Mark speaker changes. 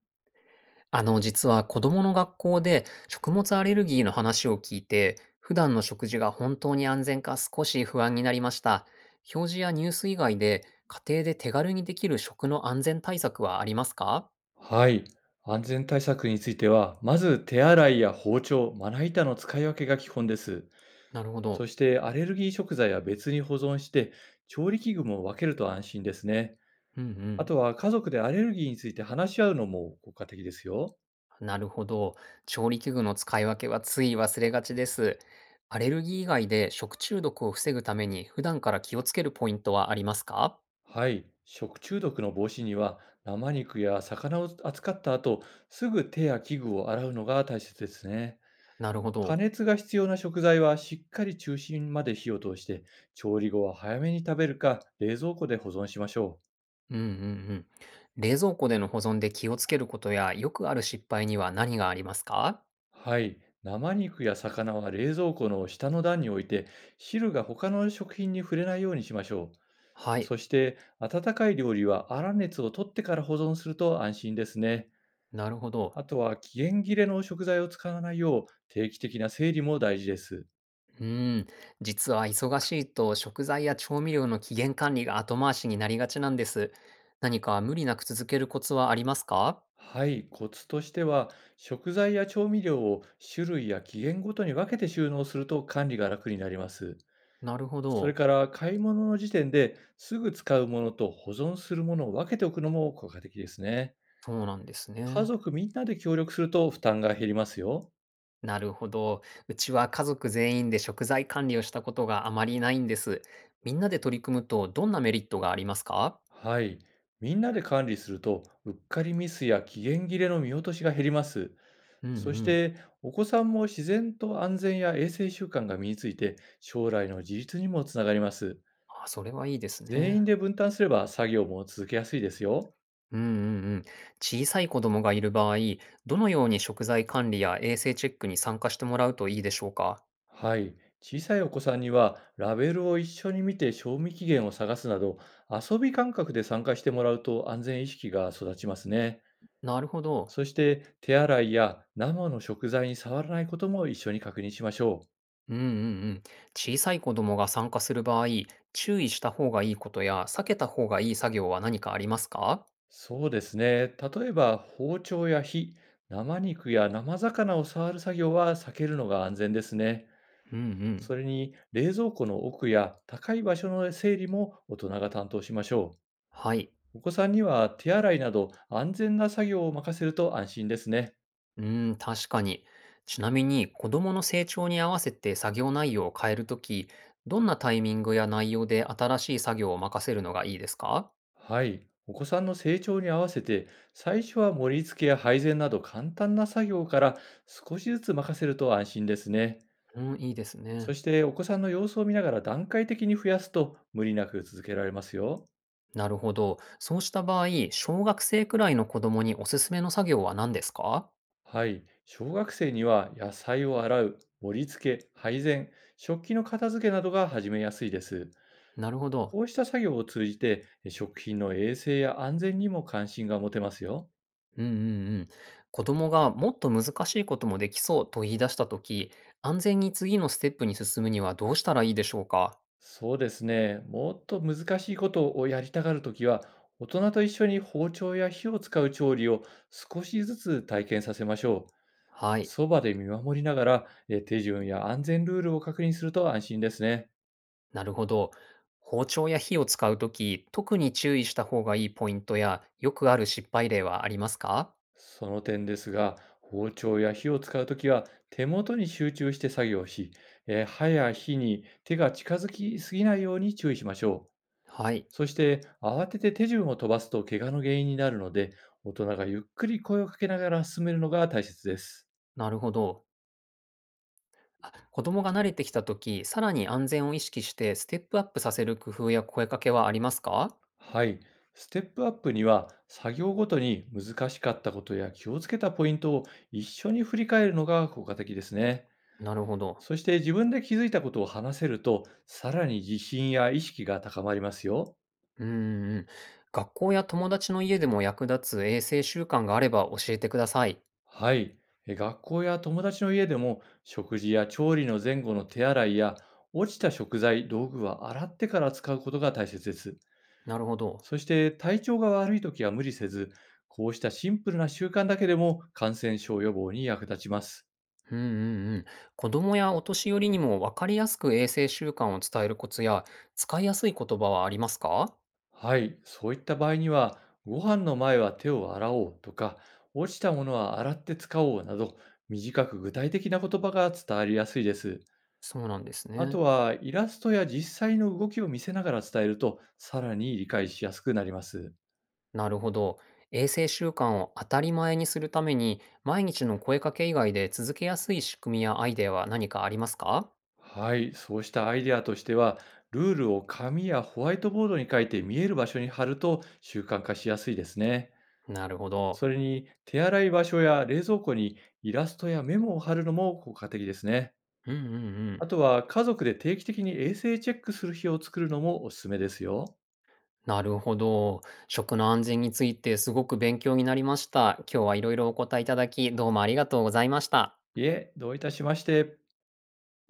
Speaker 1: 実は子供の学校で食物アレルギーの話を聞いて、普段の食事が本当に安全か少し不安になりました。表示やニュース以外で家庭で手軽にできる食の安全対策はありますか？
Speaker 2: はい。安全対策については、まず手洗いや包丁、まな板の使い分けが基本です。
Speaker 1: なるほ
Speaker 2: そ
Speaker 1: ど。
Speaker 2: してアレルギー食材は別に保存して、調理器具も分けると安心ですね。
Speaker 1: う
Speaker 2: あ
Speaker 1: ん
Speaker 2: とは家族でアレルギーについて話し合うのも効果的ですよ。
Speaker 1: うん。なるほど。調理器具の使い分けはつい忘れがちです。アレルギー以外で食中毒を防ぐために普段から気をつけるポイントはありますか？
Speaker 2: はい。食中毒の防止には、生肉や魚を扱った後、すぐ手や器具を洗うのが大切ですね。
Speaker 1: なるほ
Speaker 2: 加
Speaker 1: ど。
Speaker 2: 熱が必要な食材はしっかり中心まで火を通して、調理後は早めに食べるか冷蔵庫で保存しましょ
Speaker 1: うんうんうん。冷蔵庫での保存で気をつけることや、よくある失敗には何がありますか？
Speaker 2: う。はい。生肉や魚は冷蔵庫の下の段に置いて、汁が他の食品に触れないようにしましょう。
Speaker 1: はい、
Speaker 2: そして、温かい料理は粗熱を取ってから保存すると安心ですね。
Speaker 1: なるほど。
Speaker 2: あとは期限切れの食材を使わないよう、定期的な整理も大事です。
Speaker 1: うーん、実は忙しいと食材や調味料の期限管理が後回しになりがちなんです。何か無理なく続けるコツはありますか？
Speaker 2: はい、コツとしては、食材や調味料を種類や期限ごとに分けて収納すると管理が楽になります。
Speaker 1: なるほ
Speaker 2: それ
Speaker 1: ど。
Speaker 2: から、買い物の時点ですぐ使うものと保存するものを分けておくのも効果的ですね。
Speaker 1: そうなんです
Speaker 2: 家
Speaker 1: ね。
Speaker 2: 族みんなで協力すると負担が減りますよ。
Speaker 1: なるほど。うちは家族全員で食材管理をしたことがあまりないんです。みんなで取り組むとどんなメリットがありますか？
Speaker 2: はい、みんなで管理するとうっかりミスや期限切れの見落としが減ります。
Speaker 1: うんう
Speaker 2: そし
Speaker 1: ん。
Speaker 2: てお子さんも自然と安全や衛生習慣が身について、将来の自立にもつながります。
Speaker 1: あ、それはいいです
Speaker 2: 全
Speaker 1: ね。
Speaker 2: 員で分担すれば作業も続けやすいですよ。
Speaker 1: うんうんうん。小さい子供がいる場合、どのように食材管理や衛生チェックに参加してもらうといいでしょうか？
Speaker 2: はい。小さいお子さんにはラベルを一緒に見て賞味期限を探すなど、遊び感覚で参加してもらうと安全意識が育ちますね。
Speaker 1: なるほど。
Speaker 2: そして、手洗いや生の食材に触らないことも一緒に確認しましょう。
Speaker 1: うんうんうん。小さい子供が参加する場合、注意した方がいいことや避けた方がいい作業は何かありますか？
Speaker 2: そうですね。例えば包丁や火、生肉や生魚を触る作業は避けるのが安全ですね。
Speaker 1: うんうん。
Speaker 2: それに、冷蔵庫の奥や高い場所の整理も大人が担当しましょう。
Speaker 1: はい。
Speaker 2: お子さんには手洗いなど安全な作業を任せると安心ですね。
Speaker 1: うーん、確かに。ちなみに、子供の成長に合わせて作業内容を変えるとき、どんなタイミングや内容で新しい作業を任せるのがいいですか？
Speaker 2: はい。お子さんの成長に合わせて、最初は盛り付けや配膳など簡単な作業から少しずつ任せると安心ですね。
Speaker 1: うん、いいです
Speaker 2: そ
Speaker 1: ね。
Speaker 2: して、お子さんの様子を見ながら段階的に増やすと無理なく続けられますよ。
Speaker 1: なるほど。そうした場合、小学生くらいの子供におすすめの作業は何ですか？
Speaker 2: はい。小学生には野菜を洗う、盛り付け、配膳、食器の片付けなどが始めやすいです。
Speaker 1: なるほど。
Speaker 2: こうした作業を通じて、食品の衛生や安全にも関心が持てますよ。
Speaker 1: うんうんうん。子供がもっと難しいこともできそうと言い出したとき、安全に次のステップに進むにはどうしたらいいでしょうか？
Speaker 2: そうですね。もっと難しいことをやりたがるときは、大人と一緒に包丁や火を使う調理を少しずつ体験させましょう。
Speaker 1: はい。
Speaker 2: そばで見守りながら、手順や安全ルールを確認すると安心ですね。
Speaker 1: なるほど。包丁や火を使うとき、特に注意した方がいいポイントや、よくある失敗例はありますか？
Speaker 2: その点ですが、包丁や火を使うときは手元に集中して作業し、刃や火に手が近づきすぎないように注意しましょう。
Speaker 1: はい。
Speaker 2: そして、慌てて手順を飛ばすと怪我の原因になるので、大人がゆっくり声をかけながら進めるのが大切です。
Speaker 1: なるほど。あ、子供が慣れてきたとき、さらに安全を意識してステップアップさせる工夫や声かけはありますか？
Speaker 2: はい。ステップアップには、作業ごとに難しかったことや気をつけたポイントを一緒に振り返るのが効果的ですね。
Speaker 1: なるほど。
Speaker 2: そして、自分で気づいたことを話せると、さらに自信や意識が高まりますよ。
Speaker 1: うんうんん。学校や友達の家でも役立つ衛生習慣があれば教えてください。
Speaker 2: はい。学校や友達の家でも、食事や調理の前後の手洗いや落ちた食材、道具は洗ってから使うことが大切です。
Speaker 1: なるほど。
Speaker 2: そして、体調が悪いときは無理せず、こうしたシンプルな習慣だけでも感染症予防に役立ちます。
Speaker 1: うんうんうん。子供やお年寄りにも分かりやすく衛生習慣を伝えるコツや、使いやすい言葉はありますか？
Speaker 2: はい、そういった場合には、ご飯の前は手を洗おうとか、落ちたものは洗って使おうなど、短く具体的な言葉が伝わりやすいです。
Speaker 1: そうなんです
Speaker 2: あと
Speaker 1: ね。
Speaker 2: は、イラストや実際の動きを見せながら伝えると、さらに理解しやすくなります。
Speaker 1: なるほど。衛生習慣を当たり前にするために、毎日の声かけ以外で続けやすい仕組みやアイデアは何かありますか？
Speaker 2: はい、そうしたアイデアとしては、ルールを紙やホワイトボードに書いて見える場所に貼ると習慣化しやすいですね。
Speaker 1: なるほど。
Speaker 2: それに、手洗い場所や冷蔵庫にイラストやメモを貼るのも効果的ですね。
Speaker 1: うんうんうん。
Speaker 2: あとは、家族で定期的に衛生チェックする日を作るのもおすすめですよ。
Speaker 1: なるほど。食の安全についてすごく勉強になりました。今日はいろいろお答えいただき、どうもありがとうございました。
Speaker 2: いえ、どういたしまして。